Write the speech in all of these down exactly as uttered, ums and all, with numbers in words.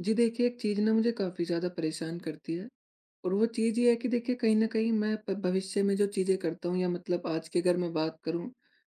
जी देखिए, एक चीज़ ना मुझे काफ़ी ज़्यादा परेशान करती है। और वो चीज़ ये है कि देखिए कहीं न कहीं मैं प भविष्य में जो चीज़ें करता हूँ या मतलब आज की अगर मैं बात करूँ,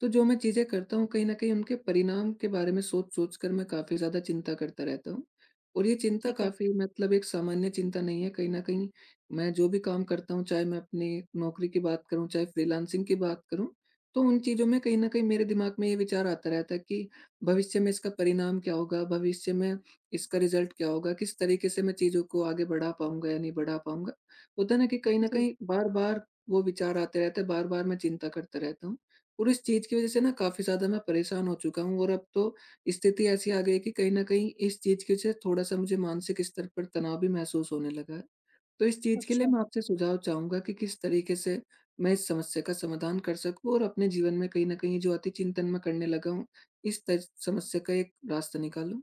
तो जो मैं चीज़ें करता हूँ कहीं न कहीं उनके परिणाम के बारे में सोच-सोच कर मैं काफ़ी ज़्यादा चिंता करता रहता हूँ। और ये चिंता ठीक है। काफ़ी मतलब एक सामान्य चिंता नहीं है, कहीं न कहीं मैं जो भी काम करता हूँ, चाहे मैं अपनी नौकरी की बात करूँ, चाहे फ्रीलांसिंग की बात करूँ, तो उन चीज़ों में कहीं न कहीं मेरे दिमाग में ये विचार आता रहता है कि भविष्य में इसका परिणाम क्या होगा? भविष्य में इसका रिज़ल्ट क्या होगा? किस तरीके से मैं चीज़ों को आगे बढ़ा पाऊँगा या नहीं बढ़ा पाऊँगा? होता है ना कि कहीं न जी। कहीं बार-बार वो विचार आते रहते हैं, बार-बार मैं चिंता करता रहता हूँ। और इस चीज़ की वज़ह से ना काफ़ी ज़्यादा मैं परेशान हो चुका हूँ और अब तो स्थिति ऐसी आ गई है कि कहीं न कहीं इस चीज़ की वज़ह से थोड़ा-सा मुझे मानसिक स्तर पर तनाव भी महसूस होने लगा है। तो इस चीज़ के लिए अच्छा। मैं आपसे सुझाव चाहूँगा कि किस तरीके से मैं इस समस्या का समाधान कर सकूँ और अपने जीवन में कहीं न कहीं जो अति चिंतन मैं करने लगा हूँ, इस त समस्या का एक रास्ता निकालूँ।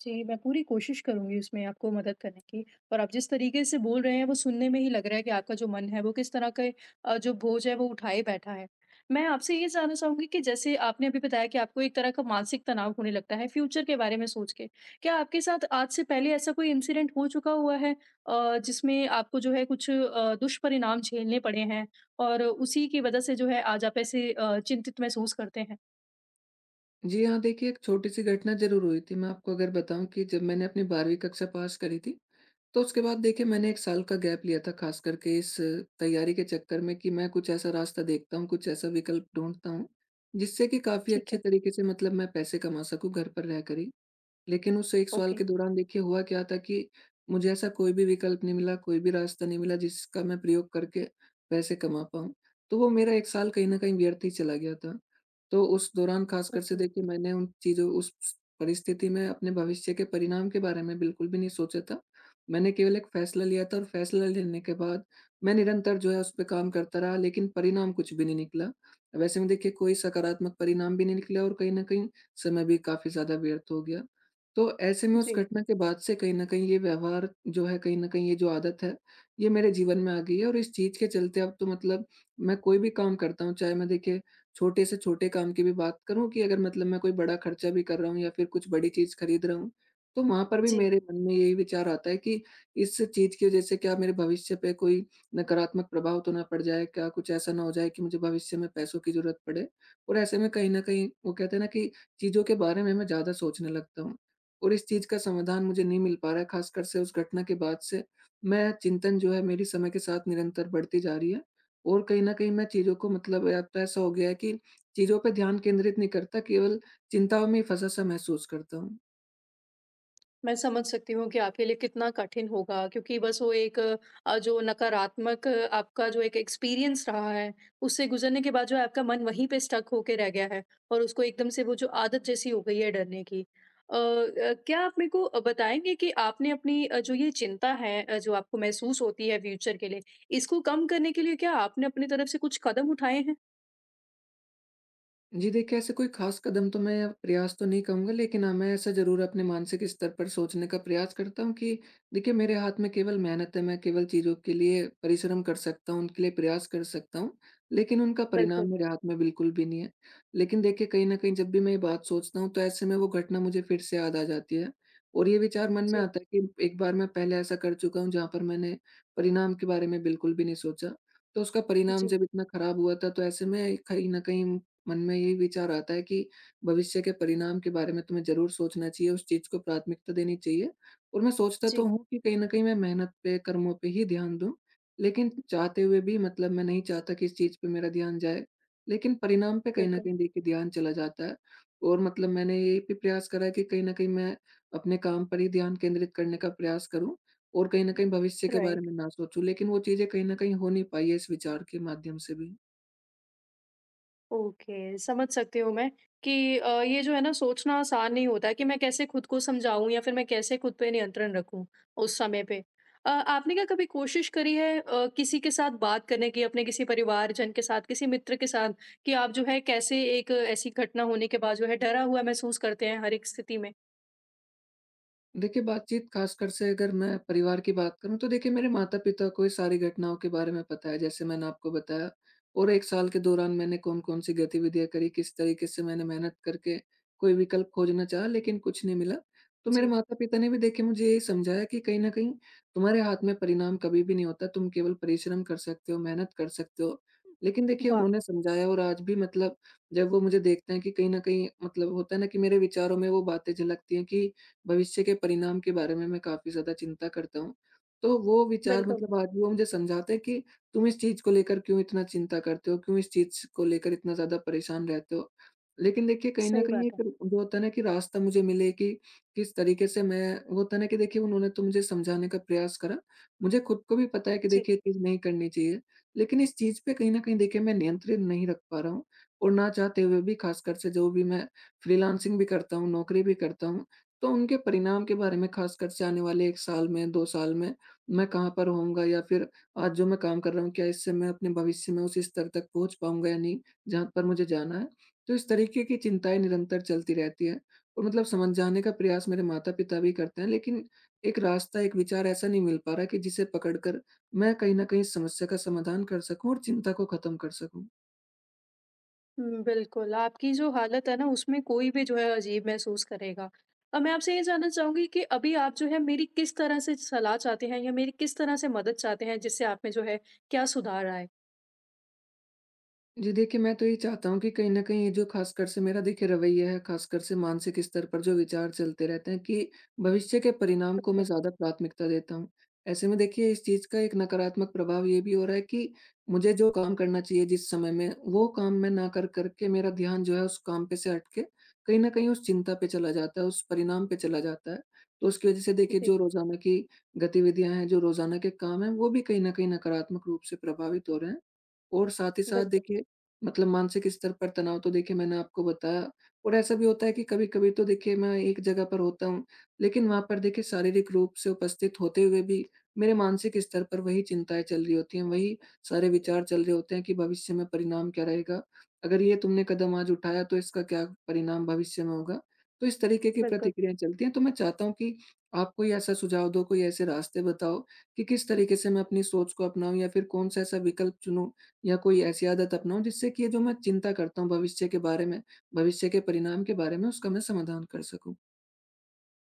जी, मैं पूरी कोशिश करूँगी उसमें आपको मदद करने की। और आप जिस तरीके से बोल रहे हैं, वो सुनने में ही लग रहा है कि आपका जो मन है, वो किस तरह के अ, जो बोझ है, वो उठाए बैठा है। मैं आपसे ये जानना चाहूँगी कि जैसे आपने अभी बताया कि आपको एक तरह का मानसिक तनाव होने लगता है, फ्यूचर के बारे में सोच के। क्या आपके साथ आज से पहले ऐसा कोई इंसिडेंट हो चुका हुआ है अ, जिसमें आपको जो है कुछ अ, दुष्परिणाम झेलने पड़े हैं और उसी की वजह से जो है आज आप ऐसे अ, चिंतित महसूस करते हैं? जी हाँ, देखिए एक छोटी-सी घटना ज़रूर हुई थी। मैं आपको अगर बताऊँ कि जब मैंने अपनी बारहवीं कक्षा पास करी थी, तो उसके बाद देखिए मैंने एक साल का गैप लिया था ख़ास करके इस तैयारी के चक्कर में कि मैं कुछ ऐसा रास्ता देखता हूँ, कुछ ऐसा विकल्प ढूँढता हूँ, जिससे कि काफ़ी ठीक है। अच्छे तरीके से मतलब मैं पैसे कमा सकूँ घर पर रहकर ही। लेकिन उस एक साल ओके। के दौरान देखिए हुआ क्या था कि मुझे ऐसा कोई भी विकल्प नहीं मिला, कोई भी रास्ता नहीं मिला जिसका मैं प्रयोग करके पैसे कमा पाऊँ। तो वो मेरा एक साल कहीं न कहीं व्यर्थ ही चला गया था। तो उस दौरान ख़ासकर से ओके। देखिए मैंने उन चीज़ों उस परिस्थिति में अपने भविष्य के परिणाम के बारे में बिल्कुल भी नहीं सोचा था। मैंने केवल एक फ़ैसला लिया था और फ़ैसला लेने के बाद मैं निरंतर जो है उस पे काम करता रहा लेकिन परिणाम कुछ भी नहीं निकला। वैसे में देखिए कोई सकारात्मक परिणाम भी नहीं निकला और कहीं न कहीं समय भी काफ़ी ज़्यादा व्यर्थ हो गया। तो ऐसे में उस जी। घटना के बाद से कहीं न कहीं ये व्यवहार जो है कहीं न कहीं ये जो आदत है, ये मेरे जीवन में आ गई है और इस चीज़ के चलते अब तो मतलब मैं कोई भी काम करता हूँ, चाहे मैं देखिए छोटे से छोटे काम की भी बात करूँ कि अगर मतलब मैं कोई बड़ा खर्चा भी कर रहा हूँ या फिर कुछ बड़ी चीज़ खरीद रहा हूँ, तो वहाँ पर भी जी, मेरे मन में यही विचार आता है कि इस चीज़ की वजह से क्या मेरे भविष्य पे कोई नकारात्मक प्रभाव तो ना पड़ जाए? क्या कुछ ऐसा ना हो जाए कि मुझे भविष्य में पैसों की ज़रूरत पड़े? और ऐसे में कहीं न कहीं वो कहते हैं ना कि चीज़ों के बारे में मैं ज़्यादा सोचने लगता हूँ और इस चीज़ का समाधान मुझे नहीं मिल पा रहा है, ख़ासकर से उस घटना के बाद से। मैं चिंतन जो है मेरी समय के साथ निरंतर बढ़ती जा रही है और कहीं न कहीं मैं चीज़ों को मतलब या तो ऐसा हो गया है कि चीज़ों पे ध्यान केंद्रित नहीं करता, केवल चिंताओं में ही फँसा-सा महसूस करता हूँ। मैं समझ सकती हूँ कि आपके लिए कितना कठिन होगा, क्योंकि बस वो एक अ, जो नकारात्मक अ, आपका जो एक एक्सपीरियंस रहा है, उससे गुज़रने के बाद जो है आपका मन वहीं पे स्टक होके रह गया है और उसको एकदम से वो जो आदत जैसी हो गई है डरने की। अ अ, क्या आप मेरे को अ, बताएँगे कि आपने अपनी अ, जो ये चिंता है अ, जो आपको महसूस होती है फ्यूचर के लिए, इसको कम करने के लिए क्या आपने अपनी तरफ से कुछ कदम उठाए हैं? जी देखिए, ऐसे कोई ख़ास कदम तो मैं प्रयास तो नहीं कहूँगा, लेकिन हाँ, मैं ऐसा ज़रूर अपने मानसिक स्तर पर सोचने का प्रयास करता हूँ कि देखिए, मेरे हाथ में केवल मेहनत है, मैं केवल चीज़ों के लिए परिश्रम कर सकता हूँ, उनके लिए प्रयास कर सकता हूँ, लेकिन उनका परिणाम बिल्कुल। मेरे हाथ में बिल्कुल भी नहीं है। लेकिन देखिए, कहीं न कहीं जब भी मैं ये बात सोचता हूँ, तो ऐसे में वो घटना मुझे फिर से याद आ जाती है और ये विचार मन में जी। आता है कि एक बार मैं पहले ऐसा कर चुका हूँ, जहाँ पर मैंने परिणाम के बारे में बिल्कुल भी नहीं सोचा। तो उसका परिणाम जी। जब इतना ख़राब हुआ था, तो ऐसे में कहीं न कहीं मन में यही विचार आता है कि भविष्य के परिणाम के बारे में तुम्हें ज़रूर सोचना चाहिए, उस चीज़ को प्राथमिकता देनी चाहिए। और मैं सोचता जी। तो हूँ कि कहीं न कहीं मैं मेहनत पे, कर्मों पे ही ध्यान दूँ, लेकिन चाहते हुए भी मतलब मैं नहीं चाहता कि इस चीज़ पे मेरा ध्यान जाए, लेकिन परिणाम पे कहीं न बिल्कुल। कहीं देखिए ध्यान चला जाता है। और मतलब मैंने ये भी प्रयास करा है कि कहीं न कहीं मैं अपने काम पर ही ध्यान केंद्रित करने का प्रयास करूँ और कहीं न कहीं भविष्य के बारे राइट। में ना सोचूँ, लेकिन वो चीज़ें कहीं न कहीं हो नहीं पाई है इस विचार के माध्यम से भी। ओके, समझ सकती हूँ मैं कि अ, ये जो है ना सोचना आसान नहीं होता है कि मैं कैसे खुद को समझाऊँ या फिर मैं कैसे खुद पे नियंत्रण रखूँ उस समय पे। अ, आपने क्या कभी कोशिश करी है अ, किसी के साथ बात करने की, अपने किसी परिवारजन के साथ, किसी मित्र के साथ, कि आप जो है कैसे एक ऐसी घटना होने के बाद जो है डरा हुआ महसूस करते हैं हर एक स्थिति में? देखिए, बातचीत ख़ासकर से अगर मैं परिवार की बात करूँ तो देखिए मेरे माता-पिता को ये सारी घटनाओं के बारे में पता है, जैसे मैंने आपको बताया और एक साल के दौरान मैंने कौन-कौन सी गतिविधियाँ करी, किस तरीके से मैंने मेहनत करके कोई विकल्प खोजना चाहा लेकिन कुछ नहीं मिला। तो मेरे जी। माता-पिता ने भी देखिए मुझे यही समझाया कि कहीं न कहीं तुम्हारे हाथ में परिणाम कभी भी नहीं होता, तुम केवल परिश्रम कर सकते हो, मेहनत कर सकते हो। लेकिन देखिए वाह! उन्होंने समझाया और आज भी मतलब जब वो मुझे देखते हैं कि कहीं न कहीं मतलब होता है ना कि मेरे विचारों में वो बातें झलकती हैं कि भविष्य के परिणाम के बारे में मैं काफ़ी ज़्यादा चिंता करता हूँ। तो वो विचार बिल्कुल, मतलब आज भी वो मुझे समझाते हैं कि तुम इस चीज़ को लेकर क्यों इतना चिंता करते हो? क्यों इस चीज़ को लेकर इतना ज़्यादा परेशान रहते हो? लेकिन देखिए कहीं न सही कहीं बात एक है। जो होता है ना कि रास्ता मुझे मिले कि किस तरीके से मैं वो होता है ना कि देखिए उन्होंने तो मुझे समझाने का प्रयास करा। मुझे खुद को भी पता है कि जी। देखिए ये चीज़ नहीं करनी चाहिए। लेकिन इस चीज़ पे कहीं न कहीं देखिए मैं नियंत्रण नहीं रख पा रहा हूँ और ना चाहते हुए भी ख़ासकर से जो भी मैं फ्रीलांसिंग भी करता हूँ, नौकरी भी करता हूँ, तो उनके परिणाम के बारे में खासकर से आने वाले एक साल में, दो साल में, मैं कहाँ पर होऊँगा या फिर आज जो मैं काम कर रहा हूँ, क्या इससे मैं अपने भविष्य में उस स्तर तक पहुँच पाऊँगा या नहीं, जहाँ पर मुझे जाना है? तो इस तरीके की चिंताएँ निरंतर चलती रहती हैं और मतलब समझाने का प्रयास मेरे माता-पिता भी करते हैं, लेकिन एक रास्ता, एक विचार ऐसा नहीं मिल पा रहा कि जिसे पकड़ कर मैं कहीं न कहीं इस समस्या का समाधान कर सकूँ और चिंता को खत्म कर सकूँ। हुँ, बिल्कुल, आपकी जो हालत है ना उसमें कोई भी जो है अजीब महसूस करेगा। अब मैं आपसे ये जानना चाहूँगी कि अभी आप जो है मेरी किस तरह से सलाह चाहते हैं या मेरी किस तरह से मदद चाहते हैं, जिससे आप में जो है क्या सुधार आए? जी देखिए, मैं तो ये चाहता हूँ कि कहीं न कहीं ये जो ख़ासकर से मेरा देखिए रवैया है, ख़ासकर से मानसिक स्तर पर जो विचार चलते रहते हैं कि भविष्य के परिणाम को मैं बिल्कुल। ज़्यादा प्राथमिकता देता हूँ। ऐसे में देखिए इस चीज़ का एक नकारात्मक प्रभाव ये भी हो रहा है कि मुझे जो काम करना चाहिए जिस समय में, वो काम मैं ना कर कर के मेरा ध्यान जो है उस काम पे से हट के कहीं न कहीं उस चिंता पे चला जाता है, उस परिणाम पे चला जाता है। तो उसकी वज़ह से देखिए जी। जो रोज़ाना की गतिविधियाँ हैं, जो रोज़ाना के काम हैं, वो भी कहीं न कहीं नकारात्मक रूप से प्रभावित हो रहे हैं। और साथ ही साथ बिल्कुल। देखिए मतलब मानसिक स्तर पर तनाव तो देखिए मैंने आपको बताया और ऐसा भी होता है कि कभी-कभी तो देखिए मैं एक जगह पर होता हूँ, लेकिन वहाँ पर देखिए शारीरिक रूप से उपस्थित होते हुए भी मेरे मानसिक स्तर पर वही चिंताएँ चल रही होती हैं, वही सारे विचार चल रहे होते हैं कि भविष्य में परिणाम क्या रहेगा? अगर ये तुमने कदम आज उठाया तो इसका क्या परिणाम भविष्य में होगा? तो इस तरीके की बिल्कुल। प्रतिक्रियाएँ चलती हैं, तो मैं चाहता हूँ कि आप कोई ऐसा सुझाव दो, कोई ऐसे रास्ते बताओ कि किस तरीके से मैं अपनी सोच को अपनाऊँ या फिर कौन-सा ऐसा विकल्प चुनूँ या कोई ऐसी आदत अपनाऊँ जिससे कि ये जो मैं चिंता करता हूँ भविष्य के बारे में, भविष्य के परिणाम के बारे में उसका मैं समाधान कर सकूँ?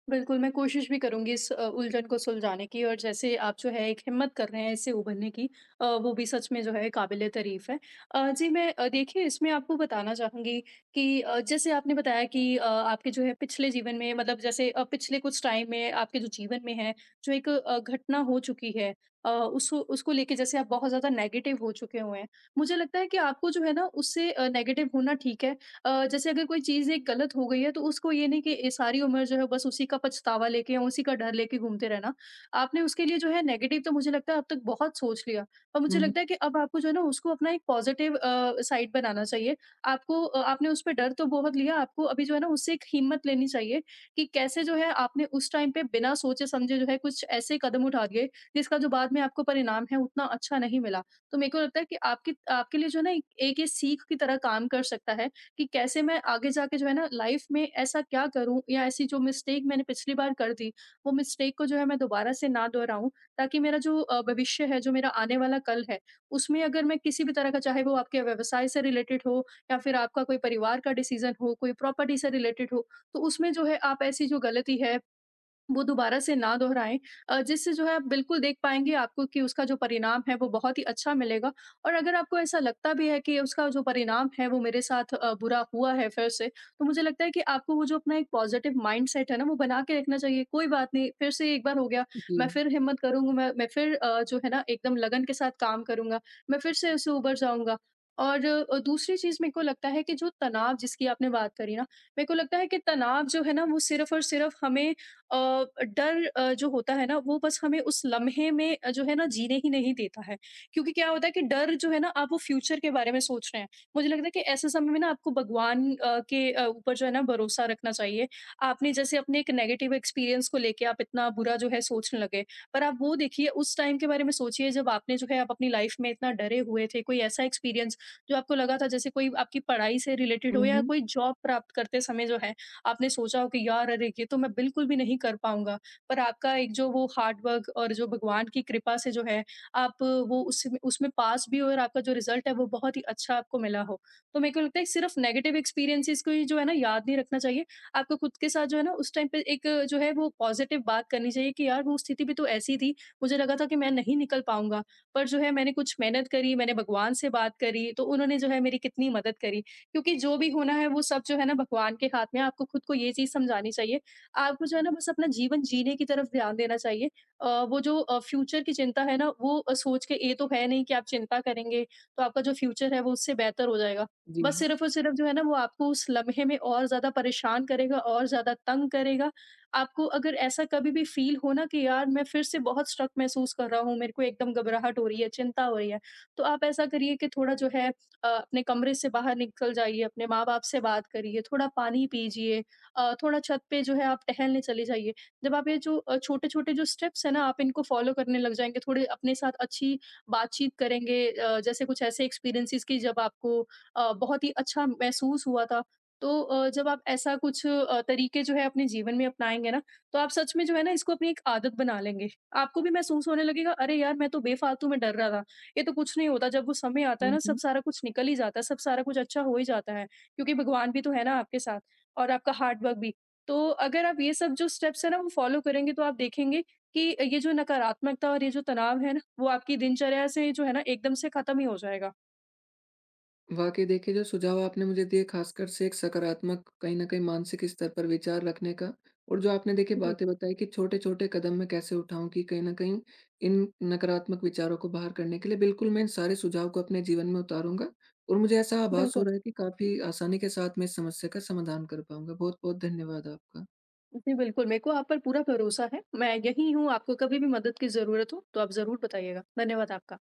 बिल्कुल, मैं कोशिश भी करूँगी इस अ, उलझन को सुलझाने की, और जैसे आप जो है एक हिम्मत कर रहे हैं इससे उभरने की, अ, वो भी सच में जो है काबिले तारीफ़ है। अ, जी, मैं अ, देखिए इसमें आपको बताना चाहूँगी कि अ, जैसे आपने बताया कि अ, आपके जो है पिछले जीवन में, मतलब जैसे अ, पिछले कुछ टाइम में आपके जो जीवन में है, जो एक अ, घटना हो चुकी है, अ, उसो उसको लेके जैसे आप बहुत ज़्यादा नेगेटिव हो चुके हुए हैं। मुझे लगता है कि आपको जो है ना उससे अ, नेगेटिव होना ठीक है। अ, जैसे अगर कोई चीज़ एक गलत हो गई है, तो उसको ये नहीं कि ए, सारी उम्र जो है बस उसी का पछतावा लेके या उसी का डर लेके घूमते रहना। आपने उसके लिए जो है नेगेटिव तो मुझे लगता है अब तक बहुत सोच लिया, और मुझे हुँ, लगता हुँ। है कि अब आपको जो है ना उसको अपना एक पॉज़िटिव अ, साइड बनाना चाहिए। आपको अ, आपने उसपे डर तो बहुत लिया, आपको अभी जो है ना उससे एक हिम्मत लेनी चाहिए कि कैसे जो है आपने उस टाइम पे बिना सोचे-समझे जो है कुछ ऐसे कदम उठा दिए, जिसका जो बाद में आपको परिणाम है उतना अच्छा नहीं मिला। तो मेरे को लगता है कि आपकी आपके लिए जो है ना एक एक ये सीख की तरह काम कर सकता है, कि कैसे मैं आगे जाके जो है ना लाइफ में ऐसा क्या करूँ, या ऐसी जो मिस्टेक मैंने पिछली बार कर दी, वो मिस्टेक को जो है मैं दोबारा से ना दोहराऊं, ताकि मेरा जो अ, भविष्य है, जो मेरा आने वाला कल है, उसमें अगर मैं किसी भी तरह का, चाहे वो आपके व्यवसाय से रिलेटेड हो या फिर आपका कोई परिवार का डिसीजन हो, कोई प्रॉपर्टी से रिलेटेड हो, तो उसमें जो है आप ऐसी जो गलती है वो दोबारा से ना दोहराएँ, अ, जिससे जो है आप बिल्कुल देख पाएँगे आपको कि उसका जो परिणाम है वो बहुत ही अच्छा मिलेगा। और अगर आपको ऐसा लगता भी है कि उसका जो परिणाम है वो मेरे साथ अ, बुरा हुआ है फिर से, तो मुझे लगता है कि आपको वो जो अपना एक पॉज़िटिव माइंडसेट है ना, वो बना के रखना चाहिए। कोई बात नहीं, फिर से एक बार हो गया, जी। मैं फिर हिम्मत करूँगा, मैं मैं फिर अ, जो है ना एकदम लगन के साथ काम करूँगा, मैं फिर से उससे उबर जाऊँगा। और अ, दूसरी चीज़ मेरे को लगता है कि जो तनाव जिसकी आपने बात करी ना, मेरे को लगता है कि तनाव जो है ना, वो सिर्फ़ और सिर्फ़ हमें अ, डर अ, जो होता है ना, वो बस हमें उस लम्हे में अ, जो है ना जीने ही नहीं देता है। क्योंकि क्या होता है कि डर जो है ना, आप वो फ्यूचर के बारे में सोच रहे हैं। मुझे लगता है कि ऐसे समय में ना आपको भगवान अ, के अ, ऊपर जो है ना भरोसा रखना चाहिए। आपने जैसे अपने एक नेगेटिव एक्सपीरियंस को लेके आप इतना बुरा जो है सोचने लगे, पर आप वो देखिए उस टाइम के बारे में सोचिए, जब आपने जो है आप अपनी लाइफ में इतना डरे हुए थे, कोई ऐसा एक्सपीरियंस जो आपको लगा था, जैसे कोई आपकी पढ़ाई से रिलेटेड हुँ, हो या हुँ। कोई जॉब प्राप्त करते समय जो है आपने सोचा हो कि यार, अरे, ये तो मैं बिल्कुल भी नहीं कर पाऊँगा, पर आपका एक जो वो हार्ड वर्क और जो भगवान की कृपा से, जो है आप वो उसमें उसमें पास भी हुए और आपका जो रिज़ल्ट है वो बहुत ही अच्छा आपको मिला हो। तो मेरे को लगता है सिर्फ़ नेगेटिव एक्सपीरियंसेस को ही जो है ना याद नहीं रखना चाहिए। आपको खुद के साथ जो है ना उस टाइम पे एक जो है वो पॉज़िटिव बात करनी चाहिए कि यार, वो स्थिति भी तो ऐसी थी, मुझे लगा था कि मैं नहीं निकल पाऊँगा, पर जो है मैंने कुछ मेहनत करी, मैंने भगवान से बात करी, तो उन्होंने जो है मेरी कितनी मदद करी। क्योंकि जो भी होना है वो सब जो है ना भगवान के हाथ में है। आपको खुद को ये चीज़ समझानी चाहिए। आपको जो है ना बस अपना जीवन जीने की तरफ ध्यान देना चाहिए। अ, वो जो अ, फ्यूचर की चिंता है ना, वो अ, सोच के ये तो है नहीं कि आप चिंता करेंगे तो आपका जो फ्यूचर है वो उससे बेहतर हो जाएगा। बस जी। सिर्फ़ और सिर्फ़ जो है ना वो आपको उस लम्हे में और ज़्यादा परेशान करेगा और ज़्यादा तंग करेगा। आपको अगर ऐसा कभी भी फ़ील हो ना कि यार, मैं फिर से बहुत स्ट्रक महसूस कर रहा हूँ, मेरे को एकदम घबराहट हो रही है, चिंता हो रही है, तो आप ऐसा करिए कि थोड़ा जो है अ, अपने कमरे से बाहर निकल जाइए, अपने माँ-बाप से बात करिए, थोड़ा पानी पीजिए, अ, थोड़ा छत पे जो है आप टहलने चले जाइए। जब आप ये जो अ, छोटे-छोटे जो स्टेप्स हैं ना, आप इनको फ़ॉलो करने लग जाएँगे, थोड़े अपने साथ अच्छी बातचीत करेंगे, अ, जैसे कुछ ऐसे एक्सपीरियंसेस, कि जब आपको अ, बहुत ही अच्छा महसूस हुआ था। तो अ, जब आप ऐसा कुछ अ, तरीके जो है अपने जीवन में अपनाएँगे ना, तो आप सच में जो है ना इसको अपनी एक आदत बना लेंगे। आपको भी महसूस होने लगेगा, "अरे यार! मैं तो बेफ़ालतू में डर रहा था।" ये तो कुछ नहीं होता। जब वो समय आता है ना, सब सारा कुछ निकल ही जाता है, सब सारा कुछ अच्छा हो ही जाता है, क्योंकि भगवान भी तो है ना आपके साथ, और आपका हार्ड वर्क भी। तो अगर आप ये सब जो स्टेप्स है ना वो फ़ॉलो करेंगे, तो आप देखेंगे कि ये जो नकारात्मकता और ये जो तनाव है ना वो आपकी दिनचर्या से जो है ना एकदम से खत्म ही हो जाएगा। वाकई देखिए जो सुझाव आपने मुझे दिए खासकर से एक सकारात्मक कहीं न कहीं मानसिक स्तर पर विचार रखने का और जो आपने देखिए जी, बातें बताई कि छोटे-छोटे कदम मैं कैसे उठाऊँ कि कहीं न कहीं इन नकारात्मक विचारों को बाहर करने के लिए बिल्कुल मैं इन सारे सुझाव को अपने जीवन में उतारूँगा और मुझे ऐसा आभास हो बिल्कुल। रहा है कि काफ़ी आसानी के साथ मैं इस समस्या का समाधान कर पाऊँगा। बहुत-बहुत धन्यवाद आपका। जी, बिल्कुल, मेरे को आप पर पूरा भरोसा है। मैं यहीं हूँ। आपको कभी भी मदद की ज़रूरत हो तो आप ज़रूर बताइएगा। धन्यवाद आपका।